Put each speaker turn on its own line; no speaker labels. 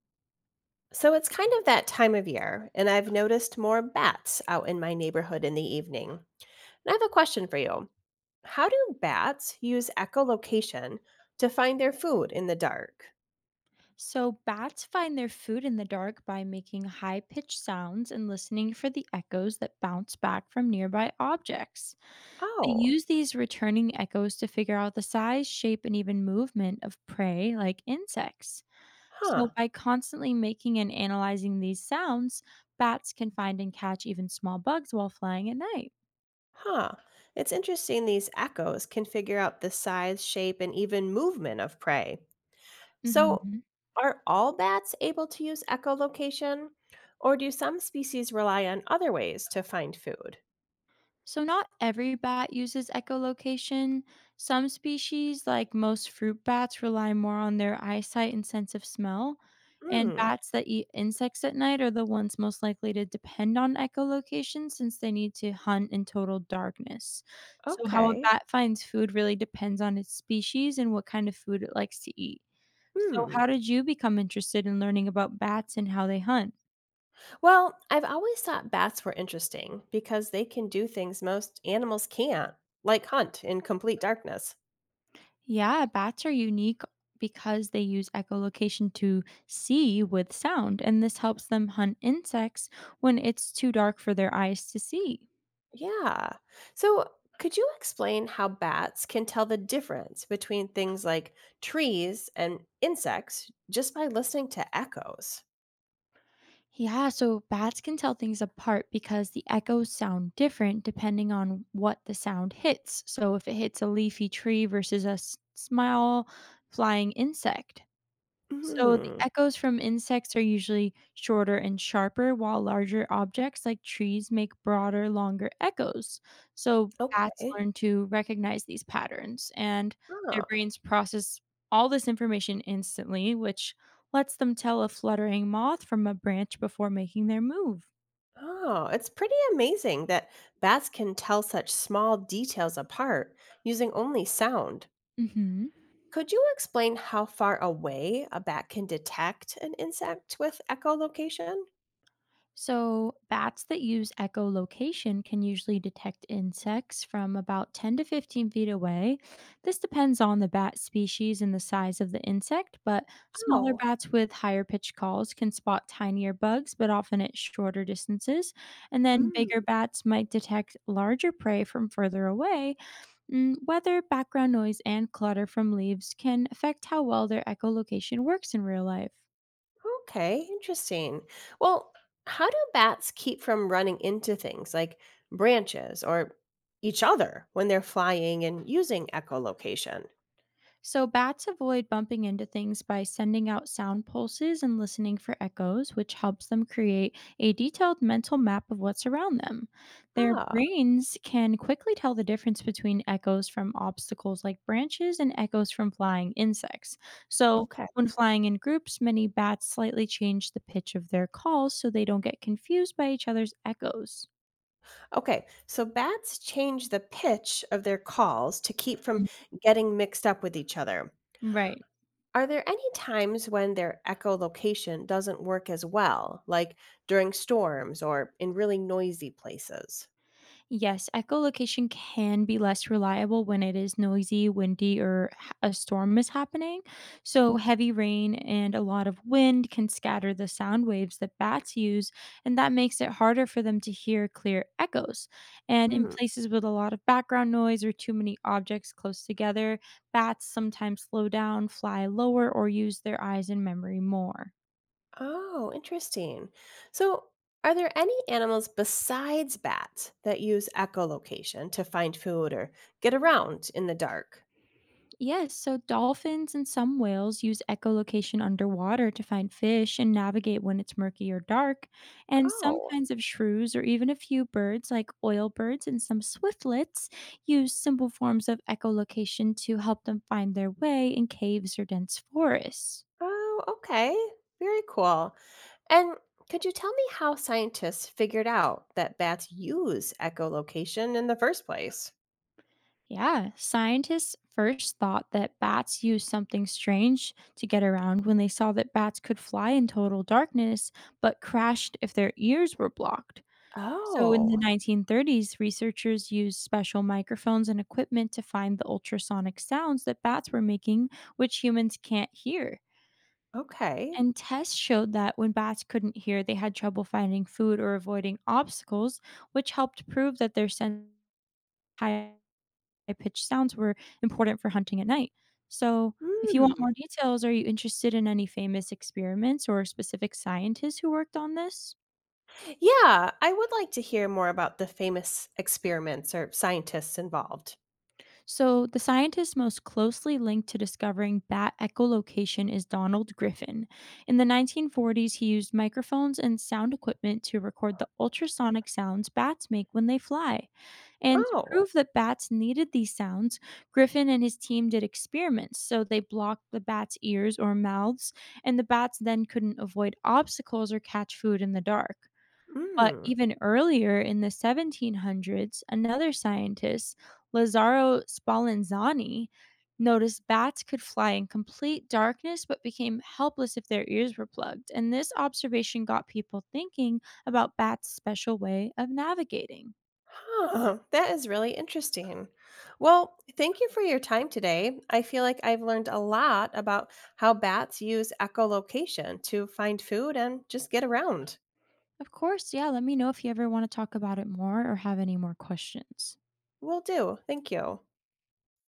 So it's kind of that time of year, and I've noticed more bats out in my neighborhood in the evening. And I have a question for you. How do bats use echolocation to find their food in the dark?
So, bats find their food in the dark by making high pitched sounds and listening for the echoes that bounce back from nearby objects. They
Oh.
use these returning echoes to figure out the size, shape, and even movement of prey like insects. So,
Huh.
by constantly making and analyzing these sounds, bats can find and catch even small bugs while flying at night.
Huh. It's interesting these echoes can figure out the size, shape, and even movement of prey. So,
Mhm.
are all bats able to use echolocation, or do some species rely on other ways to find food?
So, not every bat uses echolocation. Some species, like most fruit bats, rely more on their eyesight and sense of smell. And
Hmm.
bats that eat insects at night are the ones most likely to depend on echolocation since they need to hunt in total darkness. So, how a
Okay.
bat finds food really depends on its species and what kind of food it likes to eat. So,
Hmm.
how did you become interested in learning about bats and how they hunt?
Well, I've always thought bats were interesting because they can do things most animals can't, like hunt in complete darkness.
Yeah, bats are unique because they use echolocation to see with sound, and this helps them hunt insects when it's too dark for their eyes to see.
Yeah. So, could you explain how bats can tell the difference between things like trees and insects just by listening to echoes?
Yeah, so bats can tell things apart because the echoes sound different depending on what the sound hits. So if it hits a leafy tree versus a small flying insect. So the
Hmm.
echoes from insects are usually shorter and sharper, while larger objects like trees make broader, longer echoes. So bats
Okay.
learn to recognize these patterns, and their
Oh.
brains process all this information instantly, which lets them tell a fluttering moth from a branch before making their move.
Oh, it's pretty amazing that bats can tell such small details apart using only sound.
Hmm.
Could you explain how far away a bat can detect an insect with echolocation?
So, bats that use echolocation can usually detect insects from about 10 to 15 feet away. This depends on the bat species and the size of the insect, but smaller
Oh.
bats with higher pitched calls can spot tinier bugs, but often at shorter distances. And then
Mm.
bigger bats might detect larger prey from further away. Mm. Weather, background noise, and clutter from leaves can affect how well their echolocation works in real life.
Okay, interesting. Well, how do bats keep from running into things like branches or each other when they're flying and using echolocation?
So, bats avoid bumping into things by sending out sound pulses and listening for echoes, which helps them create a detailed mental map of what's around them. Their
Ah.
brains can quickly tell the difference between echoes from obstacles like branches and echoes from flying insects. So,
Okay.
when flying in groups, many bats slightly change the pitch of their calls so they don't get confused by each other's echoes.
Okay, so bats change the pitch of their calls to keep from
Mm.
getting mixed up with each other.
Right.
Are there any times when their echolocation doesn't work as well, like during storms or in really noisy places?
Yes, echolocation can be less reliable when it is noisy, windy, or a storm is happening. So,
Okay.
heavy rain and a lot of wind can scatter the sound waves that bats use, and that makes it harder for them to hear clear echoes. And in
Hmm.
places with a lot of background noise or too many objects close together, bats sometimes slow down, fly lower, or use their eyes and memory more.
Oh, interesting. So, are there any animals besides bats that use echolocation to find food or get around in the dark?
Yes, so dolphins and some whales use echolocation underwater to find fish and navigate when it's murky or dark. And some
Oh.
kinds of shrews, or even a few birds like oil birds and some swiftlets, use simple forms of echolocation to help them find their way in caves or dense forests.
Oh, okay. Very cool. And could you tell me how scientists figured out that bats use echolocation in the first place?
Yeah, scientists first thought that bats used something strange to get around when they saw that bats could fly in total darkness, but crashed if their ears were blocked. So in the
Oh.
1930s, researchers used special microphones and equipment to find the ultrasonic sounds that bats were making, which humans can't hear.
Okay.
And tests showed that when bats couldn't hear, they had trouble finding food or avoiding obstacles, which helped prove that their high pitched sounds were important for hunting at night. So, if you want
Mm.
more details, are you interested in any famous experiments or specific scientists who worked on this?
Yeah, I would like to hear more about the famous experiments or scientists involved.
So, the scientist most closely linked to discovering bat echolocation is Donald Griffin. In the 1940s, he used microphones and sound equipment to record the ultrasonic sounds bats make when they fly. And to
Oh.
prove that bats needed these sounds, Griffin and his team did experiments. So, they blocked the bats' ears or mouths, and the bats then couldn't avoid obstacles or catch food in the dark. But
Mm.
even earlier in the 1700s, another scientist, Lazzaro Spallanzani, noticed bats could fly in complete darkness but became helpless if their ears were plugged. And this observation got people thinking about bats' special way of navigating.
Huh. That is really interesting. Well, thank you for your time today. I feel like I've learned a lot about how bats use echolocation to find food and just get around.
Of course, yeah, let me know if you ever want to talk about it more or have any more questions.
Will do. Thank you.